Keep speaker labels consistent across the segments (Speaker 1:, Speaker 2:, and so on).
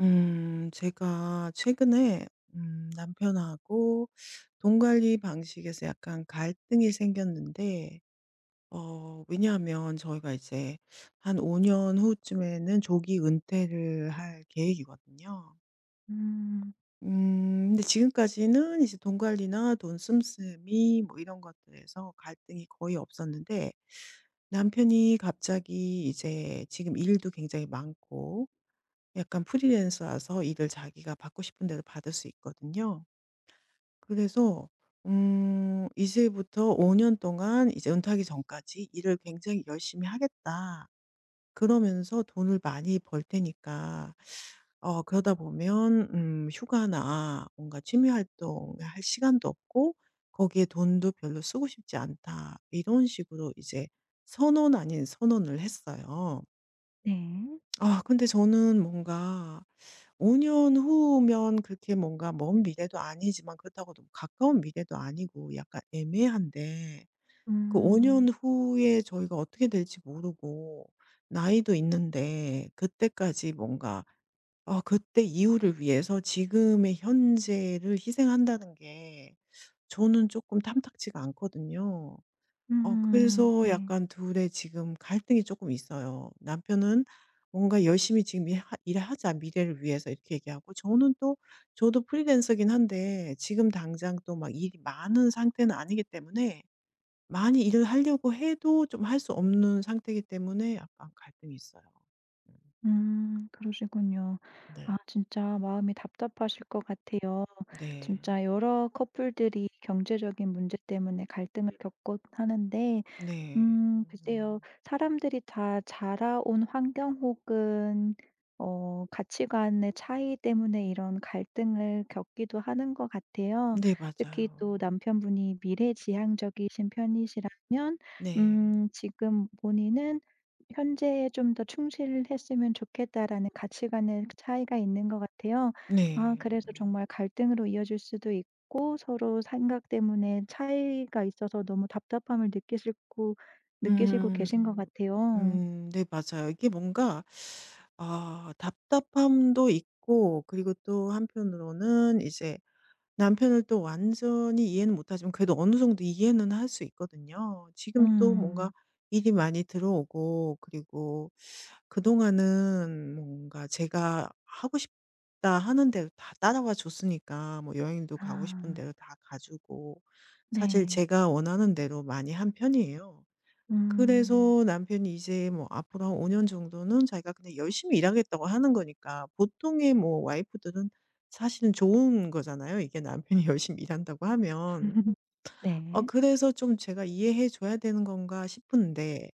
Speaker 1: 제가 최근에 남편하고 돈 관리 방식에서 약간 갈등이 생겼는데, 왜냐하면 저희가 이제 한 5년 후쯤에는 조기 은퇴를 할 계획이거든요.
Speaker 2: 음
Speaker 1: 근데 지금까지는 이제 돈 관리나 돈 씀씀이 뭐 이런 것들에서 갈등이 거의 없었는데, 남편이 갑자기 이제 지금 일도 굉장히 많고 약간 프리랜서라서 일을 자기가 받고 싶은 대로 받을 수 있거든요. 그래서 이제부터 5년 동안 이제 은퇴하기 전까지 '일을 굉장히 열심히 하겠다.' 그러면서 돈을 많이 벌 테니까, 그러다 보면 휴가나 뭔가 취미 활동을 할 시간도 없고 거기에 돈도 별로 쓰고 싶지 않다. 이런 식으로 이제 선언 아닌 선언을 했어요.
Speaker 2: 네.
Speaker 1: 아, 근데 저는 뭔가 5년 후면 그렇게 뭔가 먼 미래도 아니지만, 그렇다고 너무 가까운 미래도 아니고 약간 애매한데, 그
Speaker 2: 음.
Speaker 1: 5년 후에 저희가 어떻게 될지 모르고 나이도 있는데, 그때까지 뭔가, 그때 이후를 위해서 지금의 현재를 희생한다는 게 저는 조금 탐탁지가 않거든요. 그래서
Speaker 2: 네.
Speaker 1: 약간 둘의 지금 갈등이 조금 있어요. 남편은 뭔가 열심히 지금 일 하 일하자, 미래를 위해서 이렇게 얘기하고, 저는 또 저도 프리랜서긴 한데 지금 당장 또 막 일이 많은 상태는 아니기 때문에, 많이 일을 하려고 해도 좀 할 수 없는 상태이기 때문에 약간 갈등이 있어요. 음.
Speaker 2: 그러시군요. 아
Speaker 1: 네.
Speaker 2: 진짜 마음이 답답하실 것 같아요.
Speaker 1: 네.
Speaker 2: 진짜 여러 커플들이 경제적인 문제 때문에 갈등을 겪곤 하는데
Speaker 1: 네.
Speaker 2: 글쎄요.
Speaker 1: 음.
Speaker 2: 사람들이 다 자라온 환경 혹은 가치관의 차이 때문에 이런 갈등을 겪기도 하는 것 같아요.
Speaker 1: 네,
Speaker 2: 특히 또
Speaker 1: 맞아요.
Speaker 2: 남편분이 미래지향적이신 편이시라면
Speaker 1: 네.
Speaker 2: 지금 본인은 '현재에 좀 더 충실했으면 좋겠다.'라는 가치관의 차이가 있는 것 같아요. 아
Speaker 1: 네.
Speaker 2: 그래서 정말 갈등으로 이어질 수도 있고 서로 생각 때문에 차이가 있어서 너무 답답함을 느끼실 고 느끼시고
Speaker 1: 음.
Speaker 2: 계신 것
Speaker 1: 음,
Speaker 2: 같아요.
Speaker 1: 네, 맞아요. 이게 뭔가, 아, 답답함도 있고, 그리고 또 한편으로는 이제 남편을 또 완전히 이해는 못 하지만 그래도 어느 정도 이해는 할 수 있거든요. 지금 또 뭔가
Speaker 2: 음.
Speaker 1: 일이 많이 들어오고, 그리고 그동안은 뭔가 제가 하고 싶다 하는 대로 다 따라와 줬으니까, 뭐 여행도 가고 싶은
Speaker 2: 아
Speaker 1: 대로 다 가주고, 사실
Speaker 2: 네.
Speaker 1: 제가 원하는 대로 많이 한 편이에요.
Speaker 2: 음.
Speaker 1: 그래서 남편이 이제 뭐 앞으로 한 5년 정도는 자기가 그냥 열심히 일하겠다고 하는 거니까, 보통의 뭐 와이프들은 사실은 좋은 거잖아요, 이게 남편이 열심히 일한다고 하면.
Speaker 2: 네.
Speaker 1: 그래서 좀 제가 이해해 줘야 되는 건가 싶은데,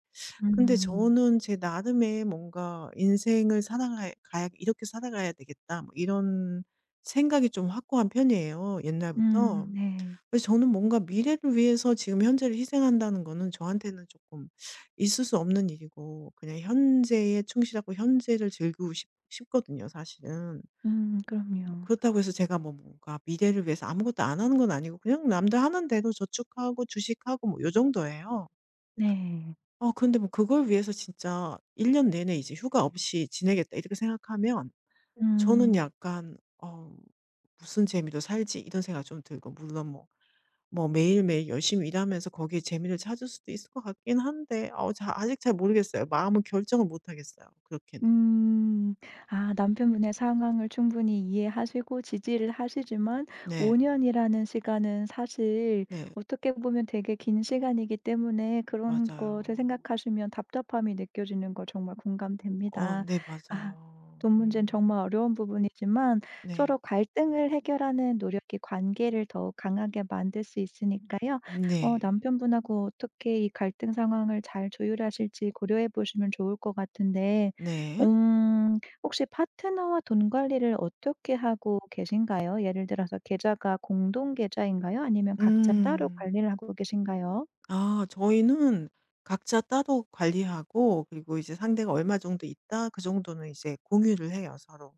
Speaker 1: 근데
Speaker 2: 음.
Speaker 1: 저는 제 나름의 뭔가 '인생을 살아가야 가야 이렇게 살아가야 되겠다.' 뭐 이런 생각이 좀 확고한 편이에요, 옛날부터.
Speaker 2: 네.
Speaker 1: 그래서 저는 뭔가 미래를 위해서 지금 현재를 희생한다는 거는 저한테는 조금 있을 수 없는 일이고, 그냥 현재에 충실하고 현재를 즐기고 싶 싶거든요 사실은.
Speaker 2: 그럼요.
Speaker 1: 그렇다고 해서 제가 뭐 뭔가 미래를 위해서 아무것도 안 하는 건 아니고, 그냥 남들 하는 대로 저축하고 주식하고 뭐 요 정도예요.
Speaker 2: 네.
Speaker 1: 근데 뭐 그걸 위해서 진짜 '1 년 내내 이제 휴가 없이 지내겠다.' 이렇게 생각하면 저는
Speaker 2: 음.
Speaker 1: 약간 '어, 무슨 재미로 살지?' 이런 생각이 좀 들고, 물론 뭐 매일매일 열심히 일하면서 거기에 재미를 찾을 수도 있을 것 같긴 한데, 어 자 아직 잘 모르겠어요. 마음은 결정을 못 하겠어요, 그렇게는.
Speaker 2: 음. 아 남편분의 상황을 충분히 이해하시고 지지를 하시지만 5년
Speaker 1: 네.
Speaker 2: 년이라는 시간은 사실
Speaker 1: 네.
Speaker 2: 어떻게 보면 되게 긴 시간이기 때문에 그런 거를
Speaker 1: 맞아요.
Speaker 2: 생각하시면 답답함이 느껴지는 거 정말 공감됩니다.
Speaker 1: 네,
Speaker 2: 아
Speaker 1: 맞아요.
Speaker 2: 돈 문제는
Speaker 1: 음.
Speaker 2: 정말 어려운 부분이지만 서로
Speaker 1: 네.
Speaker 2: 갈등을 해결하는 노력이 관계를 더욱 강하게 만들 수 있으니까요.
Speaker 1: 네.
Speaker 2: 남편분하고 어떻게 이 갈등 상황을 잘 조율하실지 고려해 보시면 좋을 것 같은데
Speaker 1: 네.
Speaker 2: 음. 혹시 파트너와 돈 관리를 어떻게 하고 계신가요? 예를 들어서 계좌가 공동 계좌인가요? 아니면 각자 따로
Speaker 1: 음.
Speaker 2: 관리를 하고 계신가요?
Speaker 1: 아, 저희는 각자 따로 관리하고, 그리고 이제 상대가 얼마 정도 있다, 그 정도는 이제 공유를 해요, 서로.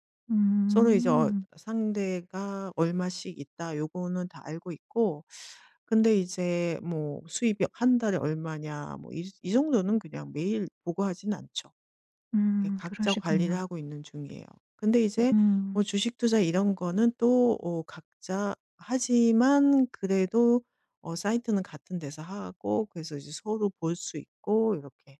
Speaker 1: 서로 이제
Speaker 2: 음.
Speaker 1: 상대가 얼마씩 있다, 요거는 다 알고 있고, 근데 이제 뭐 수입이 한 달에 얼마냐, 뭐 이 정도는 그냥 매일 보고하진 않죠. 이렇게
Speaker 2: 음.
Speaker 1: 각자 관리를
Speaker 2: 그러시군요.
Speaker 1: 하고 있는 중이에요. 근데 이제
Speaker 2: 음.
Speaker 1: 뭐 주식 투자 이런 거는 또 각자 하지만, 그래도 사이트는 같은 데서 하고, 그래서 이제 서로 볼 수 있고 이렇게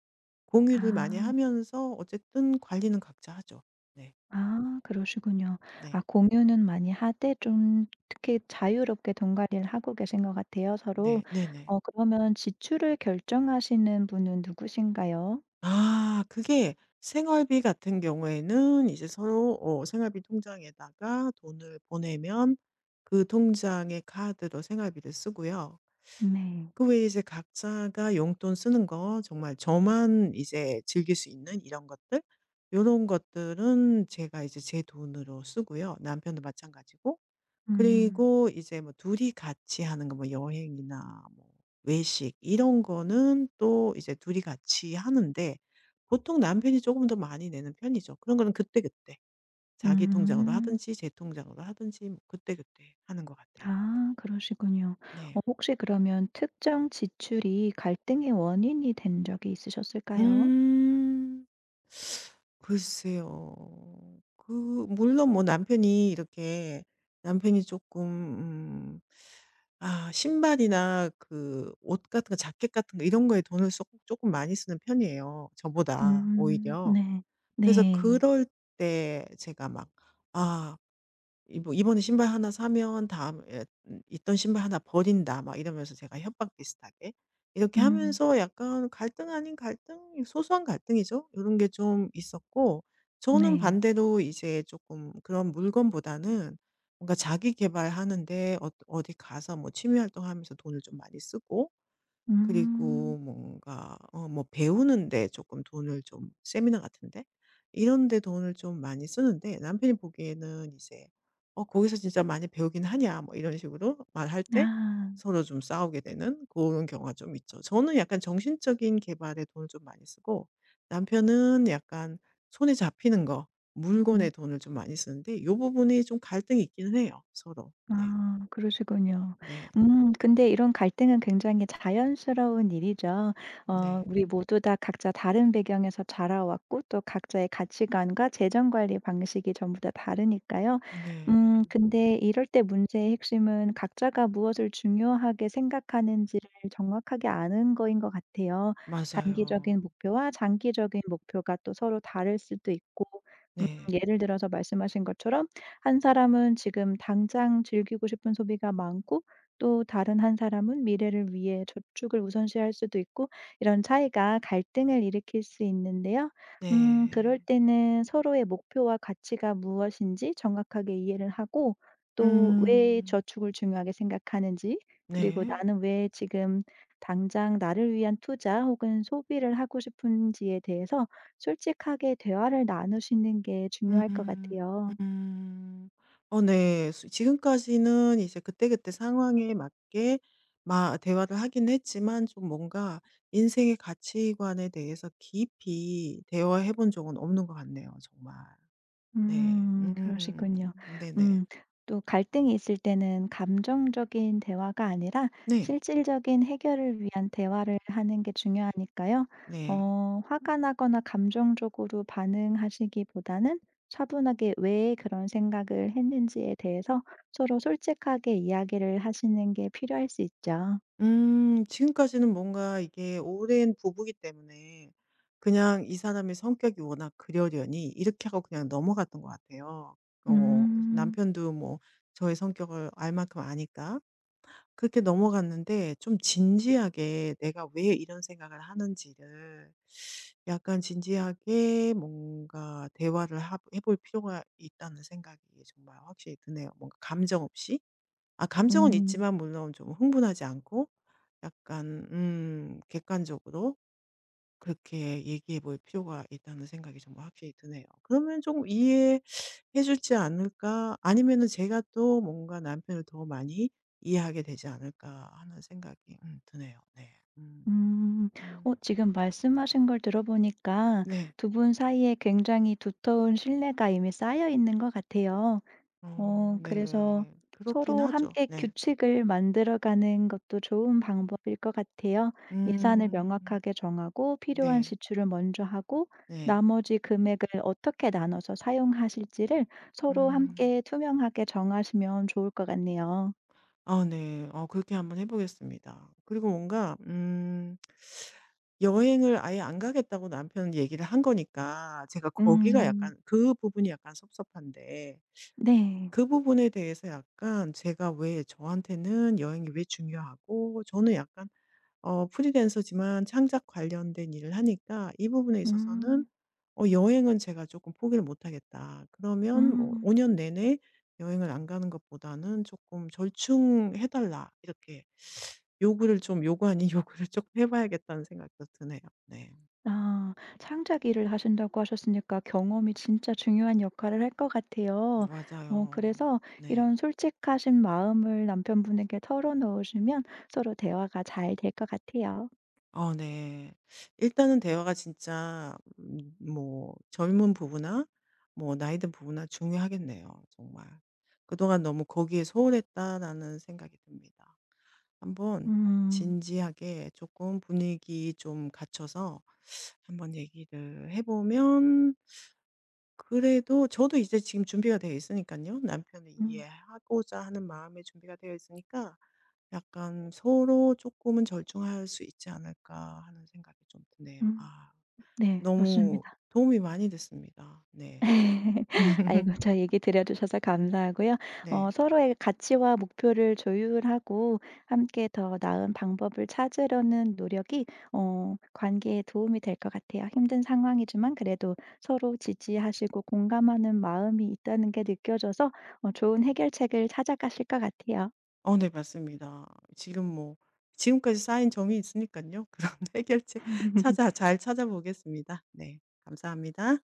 Speaker 1: 공유를 많이
Speaker 2: 아.
Speaker 1: 하면서 어쨌든 관리는 각자 하죠. 네.
Speaker 2: 아 그러시군요. 아
Speaker 1: 네.
Speaker 2: 공유는 많이 하되 좀 특히 자유롭게 돈 관리를 하고 계신 것 같아요 서로.
Speaker 1: 네. 네네.
Speaker 2: 그러면 지출을 결정하시는 분은 누구신가요?
Speaker 1: 아, 그게, 생활비 같은 경우에는 이제 서로 생활비 통장에다가 돈을 보내면 그 통장의 카드로 생활비를 쓰고요.
Speaker 2: 네.
Speaker 1: 그 외에 이제 각자가 용돈 쓰는 거, 정말 저만 이제 즐길 수 있는 이런 것들, 요런 것들은 제가 이제 제 돈으로 쓰고요. 남편도 마찬가지고.
Speaker 2: 음.
Speaker 1: 그리고 이제 뭐 둘이 같이 하는 거, 뭐 여행이나 뭐 외식, 이런 거는 또 이제 둘이 같이 하는데, 보통 남편이 조금 더 많이 내는 편이죠. 그런 거는 그때그때 자기 통장으로
Speaker 2: 음.
Speaker 1: 하든지 제 통장으로 하든지, 뭐 그때그때 하는 것 같아요.
Speaker 2: 아 그러시군요.
Speaker 1: 네.
Speaker 2: 혹시 그러면 특정 지출이 갈등의 원인이 된 적이 있으셨을까요?
Speaker 1: 음. 글쎄요. 그, 물론 뭐 남편이 쪼끔 신발이나 그 옷 같은 거, 자켓 같은 거 이런 거에 돈을 쏙 쪼끔 많이 쓰는 편이에요, 저보다 오히려.
Speaker 2: 네.
Speaker 1: 그래서
Speaker 2: 네.
Speaker 1: 그럴 때 제가 막 '아, 이, 뭐 "이번에 신발 하나 사면 다음에 있던 신발 하나 버린다." 막 이러면서 제가 협박 비슷하게 이렇게
Speaker 2: 음
Speaker 1: 하면서 약간 갈등 아닌 갈등? 소소한 갈등이죠. 요런 게 좀 있었고, 저는
Speaker 2: 네.
Speaker 1: 반대로 이제 쪼끔 그런 물건보다는 뭔가 자기 계발하는 데, 어디 가서 뭐 취미 활동하면서 돈을 좀 많이 쓰고,
Speaker 2: 음.
Speaker 1: 그리고 뭔가 뭐 배우는 데 조금 돈을 좀, 세미나 같은데 이런 데 돈을 좀 많이 쓰는데, 남편이 보기에는 이제 "어, 거기서 진짜 많이 배우긴 하냐." 뭐 이런 식으로 말할 때
Speaker 2: 아.
Speaker 1: 서로 좀 싸우게 되는 그런 경우가 좀 있죠. 저는 약간 정신적인 개발에 돈을 좀 많이 쓰고, 남편은 약간 손에 잡히는 거,
Speaker 2: 음.
Speaker 1: 물건에 돈을 좀 많이 쓰는데, 이 부분이 좀 갈등이 있기는 해요, 서로. 네.
Speaker 2: 아 그러시군요.
Speaker 1: 네.
Speaker 2: 근데 이런 갈등은 굉장히 자연스러운 일이죠.
Speaker 1: 네.
Speaker 2: 우리 모두 다 각자 다른 배경에서 자라왔고 또 각자의 가치관과 재정 관리 방식이 전부 다 다르니까요.
Speaker 1: 네.
Speaker 2: 근데 이럴 때 문제의 핵심은 각자가 무엇을 중요하게 생각하는지를 정확하게 아는 거인 것 같아요. 단기적인
Speaker 1: 맞아요.
Speaker 2: 목표와 장기적인 목표가 또 서로 다를 수도 있고 음
Speaker 1: 네.
Speaker 2: 예를 들어서 말씀하신 것처럼 한 사람은 지금 당장 즐기고 싶은 소비가 많고 또 다른 한 사람은 미래를 위해 저축을 우선시할 수도 있고 이런 차이가 갈등을 일으킬 수 있는데요. 그럴
Speaker 1: 네.
Speaker 2: 때는 서로의 목표와 가치가 무엇인지 정확하게 이해를 하고 또 왜
Speaker 1: 음.
Speaker 2: 저축을 중요하게 생각하는지 그리고
Speaker 1: 네.
Speaker 2: 나는 왜 지금 당장 나를 위한 투자 혹은 소비를 하고 싶은지에 대해서 솔직하게 대화를 나누시는 게 중요할 것
Speaker 1: 음.
Speaker 2: 같아요.
Speaker 1: 음. 네. 수 지금까지는 이제 그때그때 상황에 맞게 마 대화를 하긴 했지만, 좀 뭔가 인생의 가치관에 대해서 깊이 대화해 본 적은 없는 것 같네요, 정말. 네. 음.
Speaker 2: 그러시군요.
Speaker 1: 네네.
Speaker 2: 음 또 갈등이 있을 때는 감정적인 대화가 아니라
Speaker 1: 네.
Speaker 2: 실질적인 해결을 위한 대화를 하는 게 중요하니까요.
Speaker 1: 네.
Speaker 2: 화가 나거나 감정적으로 반응하시기보다는 차분하게 왜 그런 생각을 했는지에 대해서 서로 솔직하게 이야기를 하시는 게 필요할 수 있죠.
Speaker 1: 음. 지금까지는 뭔가 이게 오랜 부부이기 때문에 그냥 '이 사람의 성격이 워낙 그러려니.' 이렇게 하고 그냥 넘어갔던 것 같아요.
Speaker 2: 음.
Speaker 1: 남편도 뭐 저의 성격을 알 만큼 아니까. 그렇게 넘어갔는데, 좀 진지하게 내가 왜 이런 생각을 하는지를 약간 진지하게 뭔가 대화를 하 해볼 필요가 있다는 생각이 정말 확실히 드네요. 뭔가 감정 없이. 아, 감정은
Speaker 2: 음.
Speaker 1: 있지만 물론 좀 흥분하지 않고 약간 객관적으로 그렇게 얘기해 볼 필요가 있다는 생각이 정말 확실히 드네요. 그러면 좀금 이해해 주지 않을까, 아니면은 제가 또 뭔가 남편을 더 많이 이해하게 되지 않을까 하는 생각이 드네요. 네. 음.
Speaker 2: 음.
Speaker 1: 음.
Speaker 2: 지금 말씀하신 걸 들어보니까
Speaker 1: 네.
Speaker 2: 두 분 사이에 굉장히 두터운 신뢰가 이미 쌓여 있는 것 같아요. 그래서
Speaker 1: 네. 그렇긴
Speaker 2: 서로
Speaker 1: 하죠.
Speaker 2: 함께
Speaker 1: 네.
Speaker 2: 규칙을 만들어가는 것도 좋은 방법일 것 같아요. 예산을
Speaker 1: 음.
Speaker 2: 명확하게 정하고 필요한
Speaker 1: 네.
Speaker 2: 지출을 먼저 하고
Speaker 1: 네.
Speaker 2: 나머지 금액을 어떻게 나눠서 사용하실지를 서로
Speaker 1: 음.
Speaker 2: 함께 투명하게 정하시면 좋을 것 같네요.
Speaker 1: 아, 네. 그렇게 한번 해 보겠습니다. 그리고 뭔가 여행을 아예 안 가겠다고 남편은 얘기를 한 거니까, 제가 거기가
Speaker 2: 음.
Speaker 1: 약간 그 부분이 약간 섭섭한데,
Speaker 2: 네.
Speaker 1: 그 부분에 대해서 약간 제가 왜, 저한테는 여행이 왜 중요하고 저는 약간, 프리랜서지만 창작 관련된 일을 하니까 이 부분에 있어서는
Speaker 2: 음.
Speaker 1: 여행은 제가 조금 '포기를 못 하겠다.' 그러면 뭐,
Speaker 2: 음.
Speaker 1: '5년 내내 여행을 안 가는 것보다는 조금 절충해 달라.' 이렇게 요구를 좀, 요구 아닌 요구를 조금 해 봐야겠다는 생각도 드네요. 네.
Speaker 2: 아 창작 일을 하신다고 하셨으니까 경험이 진짜 중요한 역할을 할 것 같아요.
Speaker 1: 맞아요.
Speaker 2: 그래서
Speaker 1: 네.
Speaker 2: 이런 솔직하신 마음을 남편분에게 털어놓으시면 서로 대화가 잘 될 것 같아요.
Speaker 1: 네. 일단은 대화가 진짜 뭐 젊은 부부나 뭐 나이 든 부부나 중요하겠네요, 정말. '그동안 너무 거기에 소홀했다.'라는 생각이 듭니다. 한번
Speaker 2: 음.
Speaker 1: 진지하게 조금 분위기 좀 갖춰서 한번 얘기를 해 보면, 그래도 저도 이제 지금 준비가 되어 있으니까요, 남편을
Speaker 2: 음
Speaker 1: 이해하고자 하는 마에 준비가 되어 있으니까 약간 서로 조금은 절충할 수 있지 않을까 하는 생각이 좀 드네요.
Speaker 2: 음.
Speaker 1: 아,
Speaker 2: 네.
Speaker 1: 너무
Speaker 2: 맞습니다.
Speaker 1: 도움이 많이 됐습니다. 네.
Speaker 2: 아이고 저 얘기 들려 주셔서 감사하고요.
Speaker 1: 네.
Speaker 2: 서로의 가치와 목표를 조율하고 함께 더 나은 방법을 찾으려는 노력이 관계에 도움이 될 것 같아요. 힘든 상황이지만 그래도 서로 지지하시고 공감하는 마음이 있다는 게 느껴져서 좋은 해결책을 찾아가실 것 같아요.
Speaker 1: 네, 맞습니다. 지금 뭐 지금까지 쌓인 정이 있으니까요, 그런 해결책, 찾아 잘 찾아보겠습니다. 네. 감사합니다.